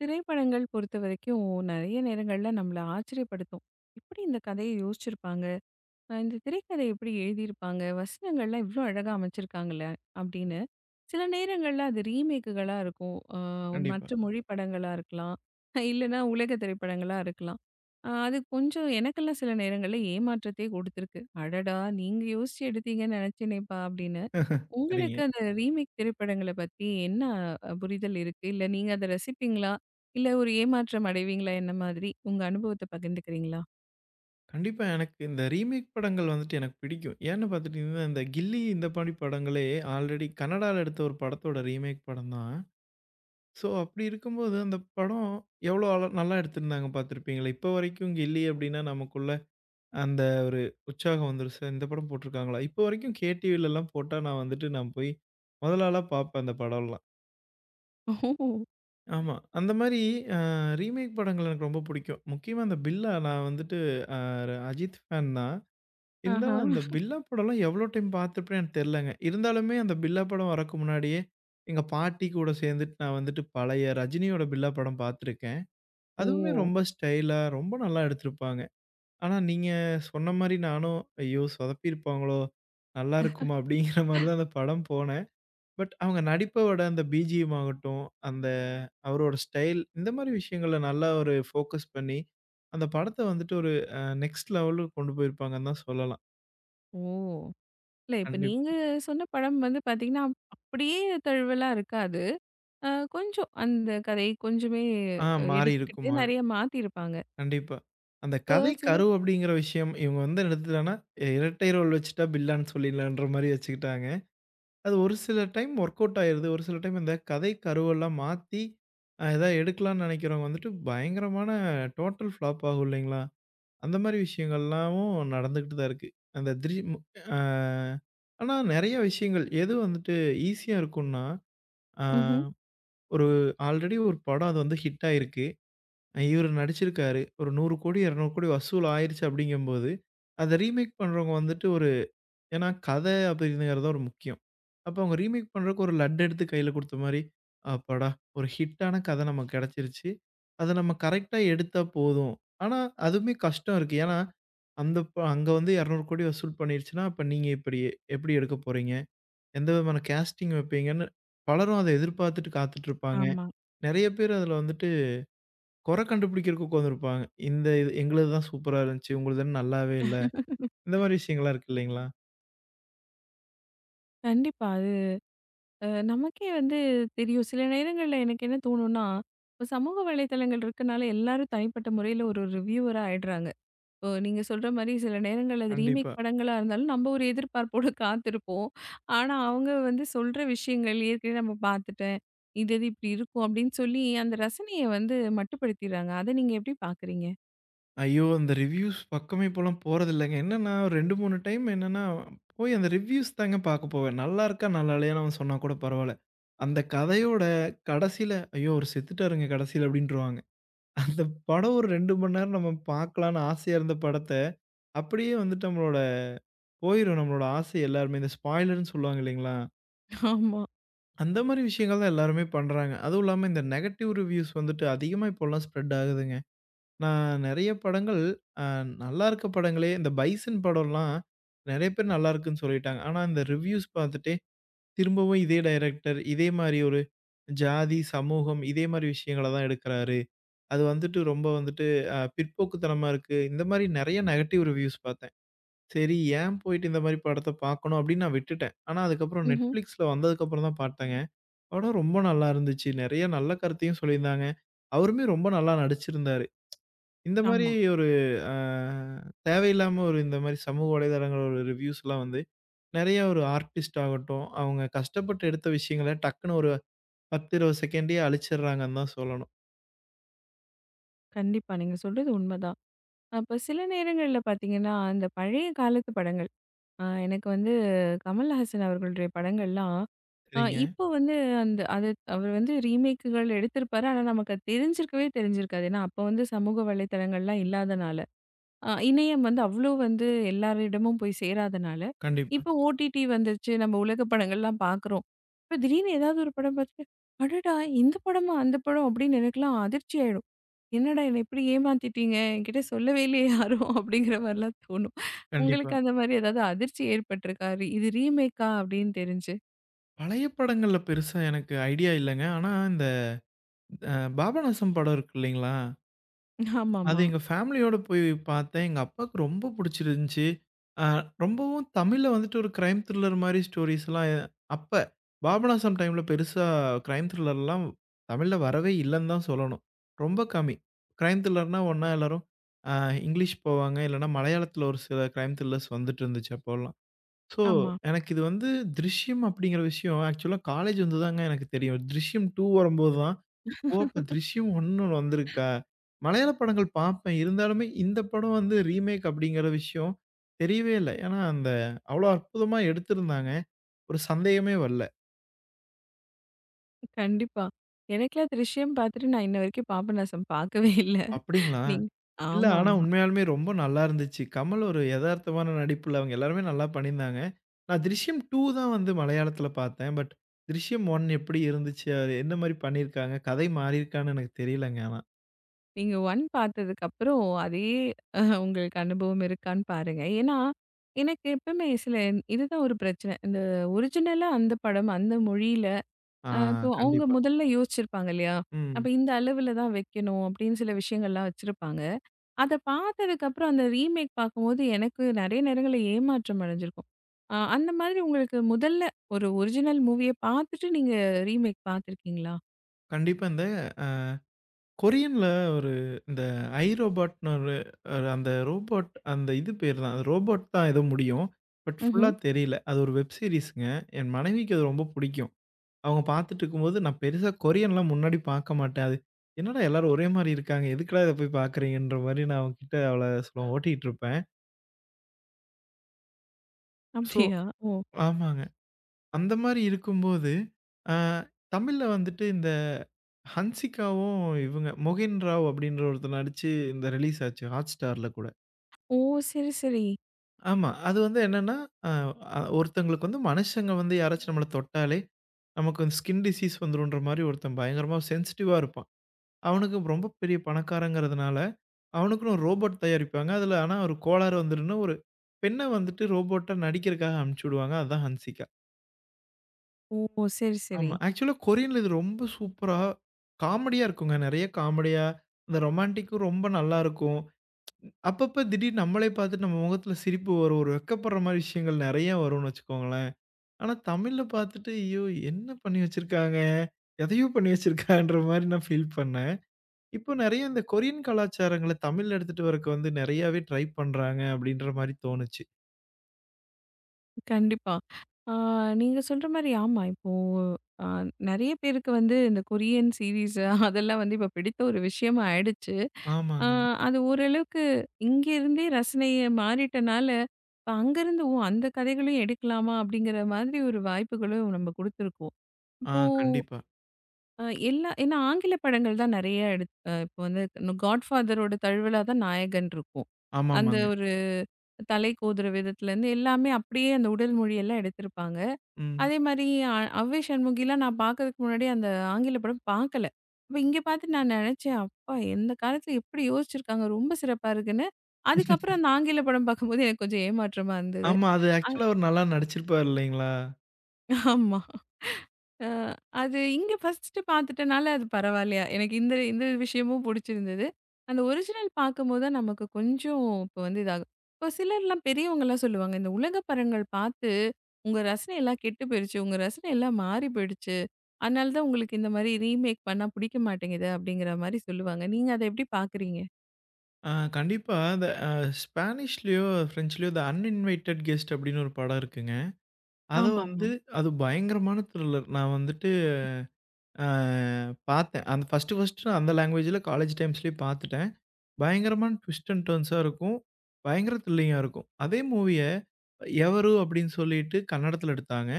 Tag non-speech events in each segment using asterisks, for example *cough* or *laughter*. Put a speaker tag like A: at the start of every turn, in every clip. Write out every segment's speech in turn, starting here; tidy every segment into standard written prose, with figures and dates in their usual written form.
A: திரைப்படங்கள் பொறுத்தவரைக்கும் நெறைய நேரங்கள்ல நம்மள ஆச்சரியப்படுத்தும். "எப்படி இந்த கதைய யோசிச்சிருப்பாங்க? இந்த திரைக்கதை எப்படி எழுதியிருப்பாங்க? வசனங்கள்லாம் இவ்ளோ அழகா அமைச்சிருக்காங்களே!" அப்படின்னு. சில நேரங்கள்ல அது ரீமேக்குகளா இருக்கும்.
B: கண்டிப்பா.
A: மற்ற மொழி படங்களா இருக்கலாம். இல்லன்னா உலக திரைப்படங்களா இருக்கலாம். அது கொஞ்சம் எனக்கெல்லாம் சில நேரங்கள்ல ஏமாற்றத்தையே கொடுத்துருக்கு. "அடடா! நீங்க யோசிச்சு எடுத்தீங்கன்னு நெனச்சேனேப்பா" அப்படின்னு.
B: *laughs*
A: உங்களுக்கு
B: சரிங்க.
A: அந்த ரீமேக் திரைப்படங்கள பத்தி என்ன புரிதல் இருக்கு? இல்ல நீங்க அத ரசிப்பீங்களா? இல்ல ஒரு ஏமாற்றம் அடைவீங்களா? என்ன மாதிரி? உங்க அனுபவத்த பகிர்ந்துக்கிறீங்களா?
B: கண்டிப்பா எனக்கு இந்த ரீமேக் படங்கள் வந்துட்டு எனக்கு பிடிக்கும். ஏன்னு பார்த்துட்டீங்கன்னா, இந்த கில்லி இந்த மாரி படங்களே ஆல்ரெடி கன்னடால எடுத்த ஒரு படத்தோட ரீமேக் படம் தான். ஸோ அப்படி இருக்கும்போது அந்த படம் எவ்வளோ அழ நல்லா எடுத்திருந்தாங்க பார்த்துருப்பீங்களா? இப்போ வரைக்கும் கில்லி அப்படின்னா நமக்குள்ள அந்த ஒரு உற்சாகம் வந்துரும். "சே இந்த படம் போட்டுருக்காங்களா?" இப்போ வரைக்கும் கே டிவிலலாம் போட்டா நான் வந்துட்டு நான் போய் முதல் ஆளா பார்ப்பேன் அந்த படம்லாம்.
A: ஓஹோ!
B: ஆமா. அந்த மாரி அ ரீமேக் படங்கள் எனக்கு ரொம்ப புடிக்கும். முக்கியமா அந்த பில்லா நான் வந்துட்டு அ அஜித் ஃபேன் தான்.
A: ஆஹா.
B: இருந்தாலும் அந்த பில்லா படம்லாம் எவ்வளோ டைம் பார்த்துருப்பேன்னு எனக்கு தெரிலங்க. இருந்தாலுமே அந்த பில்லா படம் வரக்கு முன்னாடியே, எங்க பாட்டி கூட சேர்ந்துட்டு நான் வந்துட்டு பழைய ரஜினியோட பில்லா படம் பார்த்துருக்கேன்.
A: ஓ!
B: அதுவுமே ரொம்ப ஸ்டைலா ரொம்ப நல்லா எடுத்திருப்பாங்க. ஆனா நீங்க சொன்ன மாரி நானும், "ஐயோ! சொதப்பியிருப்பாங்களோ! நல்லா இருக்குமா?" அப்படிங்கிற மாரி தான் அந்த படம் போனது. பட் அவங்க நடிப்போட அந்த பிஜிஎம் ஆகட்டும், அந்த அவரோட ஸ்டைல் இந்த மாரி விஷயங்கள்ல நல்லா ஒரு ஃபோக்கஸ் பண்ணி, அந்த படத்த வந்துட்டு ஒரு நெக்ஸ்ட் லெவலுக்கு கொண்டு போயிருப்பாங்கன்னு தான் சொல்லலாம்.
A: ஓ! இல்ல இப்ப
B: கண்டிப்
A: நீங்க சொன்ன படம் வந்து பார்த்தீங்கன்னா, அப்படியே தழுவலா இருக்காது. அ கொஞ்சம் அந்த கதை கொஞ்சமே
B: ஆ மாறியிருக்கும்
A: எடுத்துக்கிட்டு
B: மாறி
A: நெறைய மாத்தியிருப்பாங்க.
B: கண்டிப்பா. அந்த
A: இப்ப
B: கதை
A: சில
B: கரு அப்படிங்கிற விஷயம் இவங்க வந்து எடுத்துட்டாங்கன்னா, இரட்டை ரோல் வச்சுட்டா பில்லான்னு சொல்லிடலான்ற மாரி வச்சுக்கிட்டாங்க. அது ஒரு சில டைம் ஒர்க் அவுட் ஆயிருது. ஒரு சில டைம் இந்த கதை கருவெல்லாம் மாத்தி, ஏதாவது எடுக்கலாம்னு நெனைக்கிறவங்க வந்துட்டு பயங்கரமான டோட்டல் ஃப்ளாப் ஆகும் இல்லைங்களா? அந்த மாரி விஷயங்கள்லாமும் நடந்துகிட்டு தான் இருக்கு. அந்த திடீர்னு அ ஆனா நெறைய விஷயங்கள் எது வந்துட்டு ஈஸியா இருக்கும்னா, அ
A: ம்ஹ்ம்.
B: ஒரு ஆல்ரெடி ஒரு படம் அது வந்து ஹிட் ஆயிருக்கு. இவரு நடிச்சிருக்காரு. ஒரு 100,00,00,000, 200,00,00,000 வசூல் ஆயிருச்சு அப்படிங்கும்போது, அத ரீமேக் பண்றவங்க வந்துட்டு ஒரு ஏன்னா கதை அப்படிங்கிறது ஒரு முக்கியம். அப்ப அவங்க ரீமேக் பண்றதுக்கு ஒரு லட் எடுத்து கையில குடுத்த மாரி, அப்பாடா! ஒரு ஹிட்டான கதை நமக்கு கிடைச்சிருச்சு. அத நம்ம கரெக்ட்டா எடுத்தா போதும். ஆனா, அதுவுமே கஷ்டம் இருக்கு. ஏன்னா, அந்த அங்க வந்து 200,00,00,000 வசூல் பண்ணிருச்சுன்னா, அப்ப நீங்க இப்படி எப்படி எடுக்க போறீங்க? எந்த விதமான கேஸ்டிங் வைப்பீங்கன்னு பலரும் அத எதிர்பார்த்துட்டு காத்துட்டு இருப்பாங்க.
A: ஆமா.
B: நெறைய பேர் அதுல வந்துட்டு குறை கண்டுபிடிக்கிறதுக்கு உட்கார்ந்திருப்பாங்க. இந்த இது எங்களுது தான் சூப்பரா இருந்துச்சு. உங்களுதுன்னு நல்லாவே இல்ல. இந்த மாரி விஷயங்கள்லாம் இருக்கு இல்லைங்களா?
A: கண்டிப்பா. நமக்கே வந்து தெரியும் சில நேரங்களில் எனக்கு என்ன தோணும்னா, இப்போ சமூக வலைத்தளங்கள் இருக்கனால எல்லாரும் தனிப்பட்ட முறையில் ஒரு ரிவ்யூவராக ஆயிடுறாங்க. இப்போ நீங்கள் சொல்கிற மாதிரி சில நேரங்கள் அது ரீமேக்
B: கண்டிப்பா.
A: படங்களாக இருந்தாலும் நம்ம ஒரு எதிர்பார்ப்போடு காத்திருப்போம். ஆனால் அவங்க வந்து சொல்கிற விஷயங்கள் ஏற்கனவே நம்ம பார்த்துட்டேன், இது இது இப்படி இருக்கும் அப்படின்னு சொல்லி அந்த ரசனையை வந்து மட்டுப்படுத்திடுறாங்க. அதை நீங்கள் எப்படி பார்க்குறீங்க?
B: ஐயோ! அந்த ரிவ்யூஸ் பக்கமே இப்போலாம் போறதில்லங்க. என்னன்னா 2, 3 டைம் என்னன்னா, போய் அந்த ரிவ்யூஸ் தாங்க பாக்க போவேன். நல்லாருக்கா, நல்லா இல்லையான்னு அவன் சொன்னா கூட பரவால்ல. அந்த கதையோட கடைசில, "ஐயோ! அவரு செத்துட்டாருங்க கடைசில" அப்படின்ருவாங்க. அந்த படம் ஒரு 2 மணி நேரம் நம்ம பாக்கலான்னு ஆசையா இருந்த படத்த, அப்படியே வந்துட்டு நம்மளோட போயிரும் நம்மளோட ஆசை எல்லாருமே. இந்த ஸ்பாய்லர்ன்னு சொல்லுவாங்க இல்லைங்களா?
A: ஆமா.
B: அந்த மாரி விஷயங்கள் தான் எல்லாருமே பண்றாங்க. அதுவும் இல்லாம இந்த நெகட்டிவ் ரிவ்யூஸ் வந்துட்டு அதிகமா இப்போலாம் ஸ்ப்ரெட் ஆகுதுங்க. நான் நெறைய படங்கள் அ நல்லாருக்க படங்களே இந்த பைசன் படம்லாம் நெறைய பேர் நல்லாருக்குன்னு சொல்லிட்டாங்க. ஆனா, இந்த ரிவ்யூஸ் பார்த்துட்டே திரும்பவும் இதே டைரக்டர், இதே மாரி ஒரு ஜாதி, சமூகம் இதே மாரி விஷயங்கள தான் எடுக்குறாரு. அது வந்துட்டு ரொம்ப வந்துட்டு பிற்போக்குத்தனமா இருக்கு. இந்த மாரி நெறைய நெகட்டிவ் ரிவ்யூஸ் பார்த்தேன். சரி ஏன் போயிட்டு இந்த மாரி படத்த பார்க்கணும் அப்படின்னு நான் விட்டுட்டேன். ஆனா, அதுக்கப்புறம்
A: ம்ஹும்.
B: Netflixல வந்ததுக்கப்புறம் தான் பார்த்தேங்க. படம் ரொம்ப நல்லா இருந்துச்சு. நெறைய நல்ல கருத்தையும் சொல்லியிருந்தாங்க. அவருமே ரொம்ப நல்லா நடிச்சிருந்தாரு. இந்த மாரி
A: ஆமாம்.
B: ஒரு அ தேவையில்லாம ஒரு இந்த மாரி சமூக வலைதளங்கள் ஒரு ரிவ்யூஸ்லாம் வந்து நெறைய ஒரு ஆர்டிஸ்ட் ஆகட்டும், அவங்க கஷ்டப்பட்டு எடுத்த விஷயங்கள டக்குனு ஒரு 10, 20 செகண்ட்லயே அழிச்சிடுறாங்கன்னு தான் சொல்லணும்.
A: கண்டிப்பாக நீங்கள் சொல்கிறது உண்மைதான். அப்போ சில நேரங்களில் பார்த்தீங்கன்னா அந்த பழைய காலத்து படங்கள், எனக்கு வந்து கமல்ஹாசன் அவர்களுடைய படங்கள்லாம், அ
B: சரிங்க.
A: இப்போ வந்து அந்த அது அவர் வந்து ரீமேக்குகள் எடுத்திருப்பாரு. ஆனா, நமக்கு அது தெரிஞ்சிருக்கவே தெரிஞ்சிருக்காது. ஏன்னா, அப்போ வந்து சமூக வலைதளங்கள்லாம் இல்லாதனால. இணையம் வந்து அவ்ளோ வந்து எல்லாரிடமும் போய் சேராதனால,
B: கண்டிப்பா,
A: இப்போ ஓடிடி வந்துருச்சு. நம்ம உலக படங்கள்லாம் பார்க்குறோம். இப்ப திடீர்னு ஏதாவது ஒரு படம் பார்த்துட்டு, "அடடா! இந்த படமா? அந்த படம்?" அப்படின்னு எனக்கெல்லாம் அதிர்ச்சி ஆயிடும். "என்னடா என்ன இப்படி ஏமாத்திட்டீங்க? என்கிட்ட சொல்லவே இல்லையே யாரும்." *laughs* அப்படிங்கிற மாரிலாம் தோணும்.
B: கண்டிப்பா.
A: உங்களுக்கு அந்த மாரி ஏதாவது அதிர்ச்சி ஏற்பட்டிருக்கா? இது ரீமேக்கா அப்படின்னு தெரிஞ்சு?
B: பழைய படங்கள்ல பெருசா எனக்கு ஐடியா இல்லங்க. ஆனா இந்த அ பாபநாசம் படம் இருக்கு இல்லைங்களா? அது
A: ஆமாமா.
B: எங்க ஃபேமிலியோட போய் பார்த்தேன். எங்க அப்பாவுக்கு ரொம்ப புடிச்சிருந்துச்சு. அ ரொம்பவும் தமிழ்ல வந்துட்டு ஒரு கிரைம் த்ரில்லர் மாரி ஸ்டோரீஸ்லாம் அப்ப பாபநாசம் டைம்ல பெருசா கிரைம் த்ரில்லர்லாம் தமிழ்ல வரவே இல்லன்னு தான் சொல்லணும். ரொம்ப கம்மி. கிரைம் த்ரில்லர்னா ஒண்ணா எல்லாரும் அ இங்கிலீஷ் போவாங்க. இல்லன்னா மலையாளத்துல ஒரு சில கிரைம் த்ரில்லர்ஸ் வந்துட்டு இருந்துச்சு அப்போலாம். ஸோ
A: ஆமா.
B: எனக்கு இது வந்து "திருஷ்யம்" அப்படிங்கிற விஷயம் ஆக்சுவலா காலேஜ் வந்து தாங்க எனக்கு தெரியும். "திருஷ்யம் 2" வரும்போது தான் ஓ! அப்ப "திருஷ்யம் 1" வந்திருக்கா? மலையாள படங்கள் பார்ப்பேன். இருந்தாலுமே இந்த படம் வந்து ரீமேக் அப்படிங்கிற விஷயம் தெரியவே இல்ல. ஏன்னா, அந்த அவ்வளோ அற்புதமா எடுத்திருந்தாங்க. ஒரு சந்தேகமே வரல.
A: கண்டிப்பா. எனக்கெல்லாம் திருஷ்யம் பார்த்துட்டு நான் இன்ன வரைக்கும் பாபநாசம் பார்க்கவே இல்ல.
B: அப்படிங்களா?
A: நீங்க
B: இல்ல, ஆனா
A: ஆமாமா.
B: உண்மையாலுமே ரொம்ப நல்லா இருந்துச்சு. கமல் ஒரு எதார்த்தமான நடிப்புல அவங்க எல்லாருமே நல்லா பண்ணியிருந்தாங்க. நான் "திருஷ்யம் 2" தான் வந்து மலையாளத்தில பார்த்தேன். பட் "திருஷ்யம் 1" எப்படி இருந்துச்சு? அது என்ன மாரி பண்ணியிருக்காங்க? கதை மாறியிருக்கான்னு எனக்கு தெரியலங்க ஆனா.
A: நீங்க 1 பார்த்ததுக்கு அப்புறம் அதே உங்களுக்கு அனுபவம் இருக்கான்னு பாருங்க. ஏன்னா, எனக்கு எப்பவுமே சில இதுதான் ஒரு பிரச்சனை. இந்த ஒரிஜினலா அந்த படம், அந்த மொழியில
B: ஆ,
A: இப்போ அவங்க
B: கண்டிப்பா.
A: முதல்ல யோசிச்சிருப்பாங்க இல்லையா?
B: ம்.
A: அப்ப இந்த அளவுல தான் வைக்கணும் அப்படின்னு சில விஷயங்கள்லாம் வச்சிருப்பாங்க. அத பார்த்ததுக்கு அப்புறம் அந்த ரீமேக் பார்க்கும்போது எனக்கு நெறைய நேரங்கள்ல ஏமாற்றம் அடைஞ்சிருக்கும். அந்த மாதிரி உங்களுக்கு முதல்ல ஒரு ஒரிஜினல் மூவிய பார்த்துட்டு நீங்க ரீமேக் பார்த்துருக்கீங்களா?
B: கண்டிப்பா இந்த கொரியன்ல ஒரு இந்த ஐ ரோபாட்ன்னு ஒரு ஒரு அந்த ரோபோட் அந்த இது பேர் தான். அது ரோபோட் தான் ஏதோ முடியும். பட்
A: ம்ஹ்ம்.
B: ஃபுல்லா தெரியல. அது ஒரு வெப் சீரிஸ்ங்க. என் மனைவிக்கு அது ரொம்ப பிடிக்கும். அவங்க பார்த்துட்டுருக்கும்போது, நான் பெருசா கொரியன்லாம் முன்னாடி பார்க்க மாட்டேன். அது என்னடா எல்லாரும் ஒரே மாரி இருக்காங்க. எதுக்குடா இத போய் பார்க்குறீங்கன்ற மாரி நான் அவகிட்ட அவள சொல்ல ஓட்டிட்டு இருப்பேன். ஸோ
A: அப்படியா? ஓ!
B: ஆமாங்க. அந்த மாரி இருக்கும்போது, ஆ தமிழ்ல வந்துட்டு இந்த ஹன்சிகாவும் இவங்க மொகின் ராவ் அப்படின்ற ஒருத்தர் நடிச்சு இந்த ரிலீஸ் ஆச்சு. ஹாட் ஸ்டார்ல கூட.
A: ஓ! சரி, சரி.
B: ஆமா. அது வந்து என்னன்னா, அ அ ஒருத்தங்களுக்கு வந்து மனுஷங்க வந்து யாராச்சும் நம்மள தொட்டாலே, நமக்கு வந்து ஸ்கின் டிசீஸ் வந்துரும்ன்ற மாரி ஒருத்தன் பயங்கரமா சென்சிட்டிவா இருப்பான். அவனுக்கு ரொம்ப பெரிய பணக்காரங்கிறதுனால, அவனுக்குன்னு ஒரு ரோபோட் தயாரிப்பாங்க. அதுல ஆனா ஒரு கோளாறு வந்துரும்னு ஒரு பெண்ண வந்துட்டு ரோபோட்டா நடிக்கிறக்காக அனுப்பிச்சு விடுவாங்க. அதுதான் ஹன்சிகா.
A: ஓ! சரி, சரி.
B: ஆமா. ஆக்சுவலா கொரியன்ல இது ரொம்ப சூப்பரா காமெடியா இருக்குங்க. நெறைய காமெடியா, இந்த ரொமான்டிக்கும் ரொம்ப நல்லாருக்கும். அப்பப்ப திடீர்னு நம்மளே பார்த்துட்டு நம்ம முகத்துல சிரிப்பு வரும். ஒரு வெட்கப்படுற மாரி விஷயங்கள் நெறைய வரும்னு வச்சுக்கோங்களேன். ஆனா தமிழ்ல பார்த்துட்டு, ஐயோ! என்ன பண்ணி வச்சிருக்காங்க? எதையோ பண்ணி வச்சிருக்காங்கன்ற மாரி நான் ஃபீல் பண்ணேன். இப்போ நெறைய இந்த கொரியன் கலாச்சாரங்கள தமிழ்ல எடுத்துட்டு வரக்கு வந்து நெறையாவே ட்ரை பண்றாங்க அப்டின்ற மாரி தோணுச்சு.
A: கண்டிப்பா. ஆ நீங்க சொல்ற மாரி ஆமா. இப்போ அ நெறைய பேருக்கு வந்து இந்த கொரியன் சீரிஸ் அதெல்லாம் வந்து இப்ப பிடித்த ஒரு விஷயமா ஆயிடுச்சு. ஆ
B: ஆமாங்க.
A: அது ஓரளவுக்கு இங்க இருந்தே ரசனைய மாறிட்டனால, இப்ப அங்கருந்து ஓ! அந்த கதைகளையும் எடுக்கலாமா? அப்படிங்கிற மாதிரி ஒரு வாய்ப்புகளும் நம்ம குடுத்துருக்கோம். இப்போ
B: கண்டிப்பா.
A: ஏன்னா ஆங்கில படங்கள் தான் நெறைய எடுத் அ இப்போ வந்து 'காட்ஃபாதரோட' தழுவலா தான் நாயகன் இருக்கும். அந்த
B: ஆமாமாங்க.
A: ஒரு தலை கோதுற விதத்துலேருந்து எல்லாமே அப்படியே அந்த உடல் மொழியெல்லாம் எடுத்திருப்பாங்க.
B: ம்.
A: அதே மாரி அ அவ்வை சண்முகிலாம் நான் பார்க்கறதுக்கு முன்னாடி அந்த ஆங்கில படம் பார்க்கல. அப்ப இங்க பார்த்து நான் நெனச்சேன், அப்பா! இந்த காலத்துல எப்படி யோசிச்சிருக்காங்க, ரொம்ப சிறப்பா இருக்குன்னு. அதுக்கப்புறம் அந்த ஆங்கில படம் பார்க்கும்போது எனக்கு கொஞ்சம் ஏமாற்றமா இருந்தது.
B: ஆமா. அது
A: அ
B: ஆக்சுவலா அவரு நல்லா நடிச்சிருப்பாரு இல்லைங்களா?
A: ஆமா. அ அது இங்க ஃபர்ஸ்ட்டு பார்த்துட்டனால அது பரவாயில்லையா? எனக்கு இந்த இந்த விஷயமும் புடிச்சிருந்தது. அந்த ஒரிஜினல் பார்க்கும்போது தான் நமக்கு கொஞ்சம் இப்போ வந்து இதாகும். இப்போ சிலர்லாம் பெரியவங்கலாம் சொல்லுவாங்க, "இந்த உலக படங்கள் பார்த்து உங்க ரசனை எல்லாம் கெட்டு போயிருச்சு. உங்க ரசனை எல்லாம் மாறி போயிடுச்சு. அதனால தான் உங்களுக்கு இந்த மாரி ரீமேக் பண்ணா பிடிக்க மாட்டேங்குது." அப்படிங்கிற மாரி சொல்லுவாங்க. நீங்க அத எப்படி பார்க்குறீங்க?
B: கண்டிப்பா. அந்த ஸ்பானிஷ்லயோ, பிரெஞ்சுலயோ "த அன்இன்வைட்டட் கெஸ்ட்" அப்டின்னு ஒரு படம் இருக்குங்க. அத
A: ஆமாமா.
B: வந்து அது பயங்கரமான த்ரில்லர். நான் வந்துட்டு ஆ பார்த்தேன். அந்த ஃபர்ஸ்ட்டு நான் அந்த லாங்குவேஜ்ல காலேஜ் டைம்ஸ்லயே பார்த்துட்டேன். பயங்கரமான ட்விஸ்ட் அண்ட் டர்ன்ஸா இருக்கும். பயங்கர த்ரில்லிங்கா இருக்கும். அதே மூவிய "எவரு" அப்படின்னு சொல்லிட்டு கன்னடத்துல எடுத்தாங்க.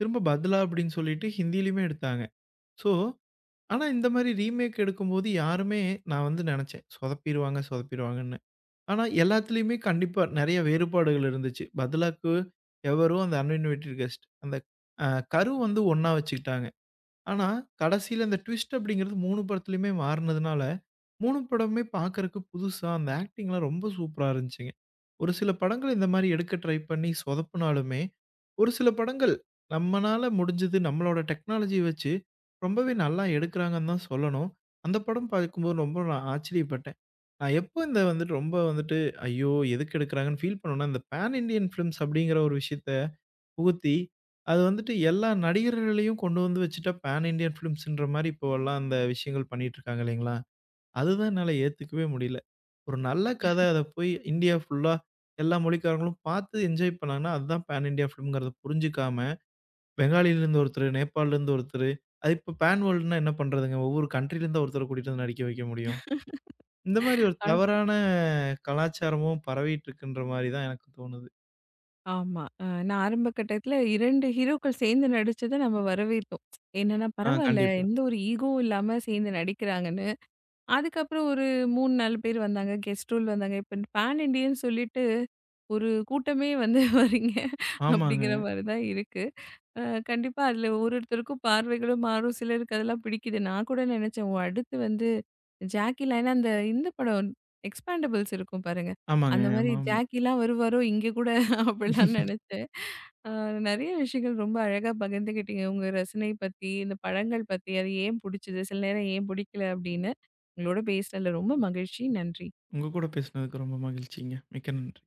B: திரும்ப "பத்லா" அப்படின்னு சொல்லிட்டு ஹிந்தியிலயுமே எடுத்தாங்க. ஸோ, ஆனா இந்த மாரி ரீமேக் எடுக்கும்போது யாருமே நான் வந்து நெனச்சேன், சொதப்பிருவாங்க, சொதப்பிருவாங்கன்னு. ஆனா எல்லாத்துலயுமே கண்டிப்பா நெறைய வேறுபாடுகள் இருந்துச்சு. "பத்லாக்கு", "எவரு", அந்த "அன்இன்வைட்டட் கெஸ்ட்" அந்த அ கரு வந்து ஒண்ணா வச்சுக்கிட்டாங்க. ஆனா, கடைசில இந்த ட்விஸ்ட் அப்படிங்கிறது 3 படத்துலயுமே மாறுனதுனால, 3 படமுமே பார்க்கறக்கு புதுசா அந்த ஆக்டிங்லாம் ரொம்ப சூப்பரா இருந்துச்சுங்க. ஒரு சில படங்கள் இந்த மாரி எடுக்க ட்ரை பண்ணி சொதப்புனாலுமே, ஒரு சில படங்கள் நம்மனால முடிஞ்சது நம்மளோட டெக்னாலஜி வச்சு ரொம்பவே நல்லா எடுக்குறாங்கன்னு தான் சொல்லணும். அந்த படம் பார்க்கும்போது ரொம்ப நான் ஆச்சரியப்பட்டேன். நான் எப்போ இந்த வந்துட்டு ரொம்ப வந்துட்டு, "ஐயோ! எதுக்கு எடுக்குறாங்கன்னு?" ஃபீல் பண்ணுவேன்னா, இந்த பான் இண்டியன் ஃபிலிம்ஸ் அப்படிங்கிற ஒரு விஷயத்த புகுத்தி, அது வந்துட்டு எல்லா நடிகர்களையும் கொண்டு வந்து வச்சுட்டா, பான் இண்டியன் ஃபிலிம்ஸ்ன்ற மாரி இப்போலாம் அந்த விஷயங்கள் பண்ணிட்டுருக்காங்க இல்லைங்களா? அதுதான் என்னால ஏத்துக்கவே முடியல. ஒரு நல்ல கதை அத போய் இந்தியா ஃபுல்லா எல்லா மொழிக்காரங்களும் பார்த்து என்ஜாய் பண்ணாங்கன்னா, அதுதான் பான் இண்டியா ஃபிலிம்ங்கிறத புரிஞ்சுக்காம, பெங்காலிலேருந்து ஒருத்தரு, நேபாள்லேருந்து ஒருத்தரு, அது இப்போ பான் வேர்ல்டுனா என்ன பண்றதுங்க? ஒவ்வொரு கண்ட்ரிலேருந்து ஒருத்தர கூட்டிட்டு வந்து நடிக்க வைக்க முடியும். இந்த மாரி ஒரு
A: அ
B: தவறான கலாச்சாரமும் பரவிட்டுருக்குன்ற மாரி தான் எனக்கு தோணுது.
A: ஆமா. நான் ஆரம்ப கட்டத்தில 2 ஹீரோக்கள் சேர்ந்து நடிச்சத நம்ம வரவேத்தோம். என்னன்னா, பரவாயில்ல
B: கண்டிப்பா.
A: எந்த ஒரு ஈகோவும் இல்லாம சேர்ந்து நடிக்கிறாங்கன்னு. அதுக்கப்புறம் ஒரு 3, 4 பேர் வந்தாங்க. கெஸ்ட் ரூல் வந்தாங்க. இப்ப பேன் இண்டியன்னு சொல்லிட்டு, ஒரு கூட்டமே வந்து *laughs* வர்றீங்க அப்படிங்கிற
B: ஆமாங்க.
A: மாரி தான் இருக்கு. அ கண்டிப்பா அதில ஒரு ஒருத்தருக்கும் பார்வைகளும் மாறும். சிலருக்கு அதெல்லாம் பிடிக்குது. நான் கூட நெனச்சேன், ஓ! அடுத்து வந்து ஜாக்கிலாம் ஏன்னா அந்த இந்த படம் எக்ஸ்பேண்டபிள்ஸ் இருக்கும் பாருங்க.
B: ஆமாங்க.
A: அந்த மாரி
B: ஆமாமா.
A: ஜாக்கிலாம் வருவாரோ இங்க கூட *laughs* அப்படிலாம் நெனச்சேன். அ நெறைய விஷயங்கள் ரொம்ப அழகா பகிர்ந்துக்கிட்டீங்க. உங்க ரசனை பத்தி, இந்த படங்கள் பத்தி, அது ஏன் புடிச்சது? சில நேரம் ஏன் பிடிக்கல அப்படின்னு. உங்களோட பேசுனதுல ரொம்ப மகிழ்ச்சி. நன்றி.
B: உங்க கூட பேசினதுக்கு ரொம்ப மகிழ்ச்சிங்க. மிக்க நன்றி.